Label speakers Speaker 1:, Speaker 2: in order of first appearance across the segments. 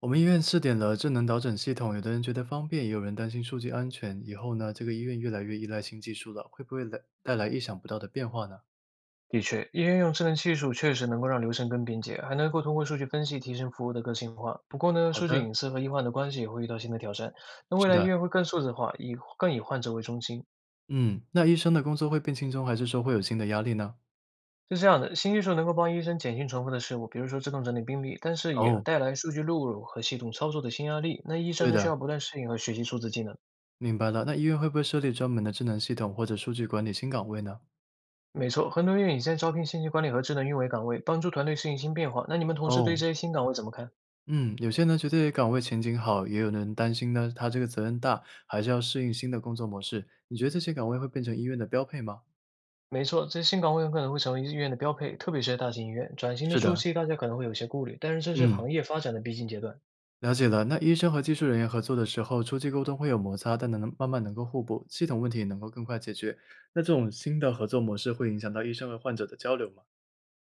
Speaker 1: 我们医院试点了智能导诊系统，有的人觉得方便，也有人担心数据安全。以后呢，这个医院越来越依赖新技术了，会不会来带来意想不到的变化呢？
Speaker 2: 的确，医院用智能技术确实能够让流程更便捷，还能够通过数据分析提升服务的个性化。不过呢，
Speaker 1: 好
Speaker 2: 数据
Speaker 1: 的，
Speaker 2: 隐私和医患的关系也会遇到新的挑战。那未
Speaker 1: 是
Speaker 2: 来医
Speaker 1: 的，
Speaker 2: 院会更数字化，以更以患者为中心。
Speaker 1: 嗯，那医生的工作会变轻松，还是说会有新的压力呢？
Speaker 2: 是这样的，新技术能够帮医生减轻重复的事务，比如说自动整理病历，但是也
Speaker 1: 哦，
Speaker 2: 带来数据录入和系统操作的新压力。那医生
Speaker 1: 对
Speaker 2: 呢，需
Speaker 1: 的，
Speaker 2: 要不断适应和学习数字技能。
Speaker 1: 明白了。那医院会不会设立专门的智能系统或者数据管理新岗位呢？
Speaker 2: 没错，很多医院已在招聘信息管理和智能运维岗位，帮助团队适应新变化。那你们同事对
Speaker 1: 哦，
Speaker 2: 这些新岗位怎么看？
Speaker 1: 嗯，有些人觉得这个岗位前景好，也有人担心呢，他这个责任大，还是要适应新的工作模式。你觉得这些岗位会变成医院的标配吗？
Speaker 2: 没错，这些新岗位很可能会成为医院的标配，特别是在大型医院。转型的
Speaker 1: 是
Speaker 2: 初
Speaker 1: 的，
Speaker 2: 期，大家可能会有些顾虑，但是这是
Speaker 1: 嗯。
Speaker 2: 行业发展的必经阶段。
Speaker 1: 了解了，那医生和技术人员合作的时候，初期沟通会有摩擦，但能慢慢能够互补，系统问题也能够更快解决。那这种新的合作模式会影响到医生和患者的交流吗？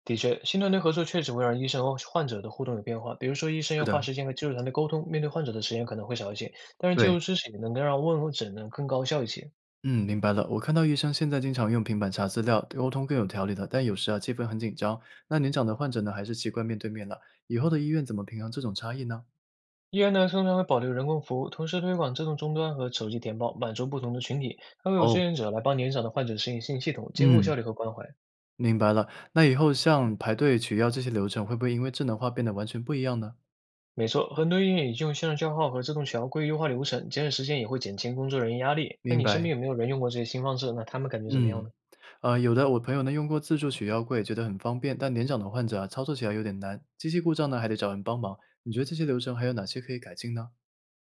Speaker 2: 的确，新团队合作确实会让医生和患者的互动有变化，比如说医生
Speaker 1: 是
Speaker 2: 要花
Speaker 1: 的，
Speaker 2: 时间和技术团队沟通，面对患者的时间可能会少一些，但是技
Speaker 1: 对，
Speaker 2: 术知识也能够让问诊能更高效一些。
Speaker 1: 嗯，明白了。我看到医生现在经常用平板查资料，沟通更有条理了，但有时啊，气氛很紧张。那年长的患者呢，还是习惯面对面了。以后的医院怎么平衡这种差异呢？
Speaker 2: 医院呢通常会保留人工服务，同时推广自动终端和手机填报，满足不同的群体，还会有志
Speaker 1: 哦，
Speaker 2: 愿者来帮年长的患者适应新系统，兼顾
Speaker 1: 嗯，
Speaker 2: 效率和关怀。
Speaker 1: 明白了。那以后像排队取药这些流程，会不会因为智能化变得完全不一样呢？
Speaker 2: 没错，很多医院已经用线上叫号和自动调柜优化流程，节省时间也会减轻工作人员压力。那
Speaker 1: 明
Speaker 2: 你身
Speaker 1: 白。
Speaker 2: 边有没有人用过这些新方式？那他们感觉怎么样
Speaker 1: 嗯，
Speaker 2: 呢？
Speaker 1: 有的，我朋友呢用过自助取药柜，觉得很方便，但年长的患者啊，操作起来有点难，机器故障呢还得找人帮忙。你觉得这些流程还有哪些可以改进呢？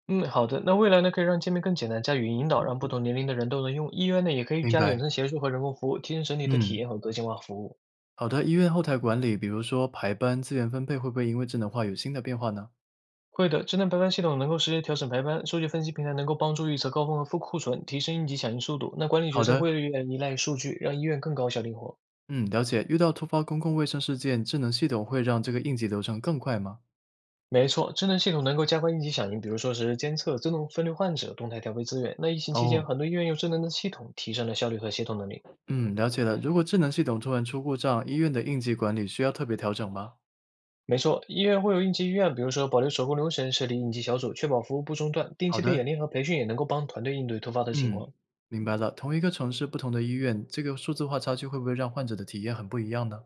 Speaker 2: 嗯，好的。那未来呢，可以让界面更简单，加语音引导，让不同年龄的人都能用。医院呢，也可以
Speaker 1: 明
Speaker 2: 加远
Speaker 1: 白。
Speaker 2: 程协助和人工服务，提升整体的体
Speaker 1: 嗯，
Speaker 2: 验和个性化服务。
Speaker 1: 好的，医院后台管理，比如说排班、资源分配，会不会因为智能化有新的变化呢？
Speaker 2: 会的，智能排班系统能够实时调整排班，数据分析平台能够帮助预测高峰和负库存，提升应急响应速度。那管理决
Speaker 1: 好
Speaker 2: 策
Speaker 1: 的，
Speaker 2: 会越来越依赖数据，让医院更高效灵活。
Speaker 1: 嗯，了解。遇到突发公共卫生事件，智能系统会让这个应急流程更快吗？
Speaker 2: 没错，智能系统能够加快应急响应，比如说是监测、自动分流患者、动态调配资源。那疫情期间，
Speaker 1: 哦，
Speaker 2: 很多医院用智能的系统提升了效率和协同能力。
Speaker 1: 嗯，了解了。如果智能系统突然出故障，医院的应急管理需要特别调整吗？
Speaker 2: 没错，医院会有应急医院，比如说保留手工流程，设立应急小组，确保服务不中断。定
Speaker 1: 好
Speaker 2: 期的
Speaker 1: 的。
Speaker 2: 演练和培训也能够帮团队应对突发的情
Speaker 1: 嗯，
Speaker 2: 况。
Speaker 1: 明白了。同一个城市，不同的医院，这个数字化差距会不会让患者的体验很不一样呢？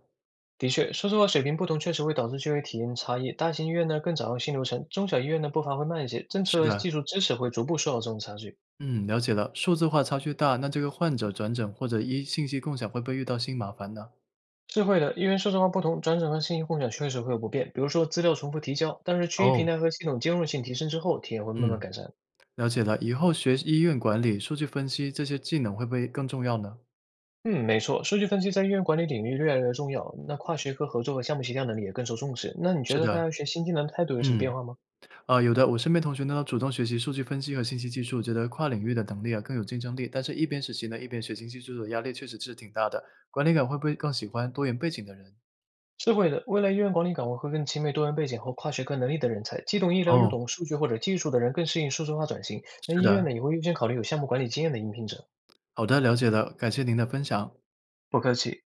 Speaker 2: 的确，说实话，水平不同确实会导致就业体验差异。大型医院呢更掌握新流程，中小医院呢步伐会慢一些，政策
Speaker 1: 是
Speaker 2: 和
Speaker 1: 的，
Speaker 2: 技术支持会逐步缩小这种差距。
Speaker 1: 嗯，了解了。数字化差距大，那这个患者转诊或者医信息共享会不会遇到新麻烦呢？
Speaker 2: 是会的，因为数字化不同，转诊和信息共享确实会有不便，比如说资料重复提交。但是区域平
Speaker 1: 哦，
Speaker 2: 台和系统兼容性提升之后，体验会慢慢
Speaker 1: 嗯，
Speaker 2: 改善。
Speaker 1: 了解了。以后学医院管理、数据分析这些技能会不会更重要呢？
Speaker 2: 嗯，没错，数据分析在医院管理领域越来越重要。那跨学科合作和项目协调能力也更受重视。那你觉
Speaker 1: 是
Speaker 2: 得大
Speaker 1: 的，
Speaker 2: 家学新技能的态度有什么变
Speaker 1: 嗯，
Speaker 2: 化吗？
Speaker 1: 有的。我身边同学呢，主动学习数据分析和信息技术，觉得跨领域的能力啊更有竞争力。但是，一边实习呢，一边学新技术的压力确实是挺大的。管理岗会不会更喜欢多元背景的人？
Speaker 2: 是会的，未来医院管理岗位会更青睐多元背景和跨学科能力的人才，既懂医疗又
Speaker 1: 哦，
Speaker 2: 懂数据或者技术的人更适应数字化转型。那
Speaker 1: 是
Speaker 2: 医院
Speaker 1: 的，
Speaker 2: 呢，也会优先考虑有项目管理经验的应聘者。
Speaker 1: 好的，了解了，感谢您的分享。
Speaker 2: 不客气。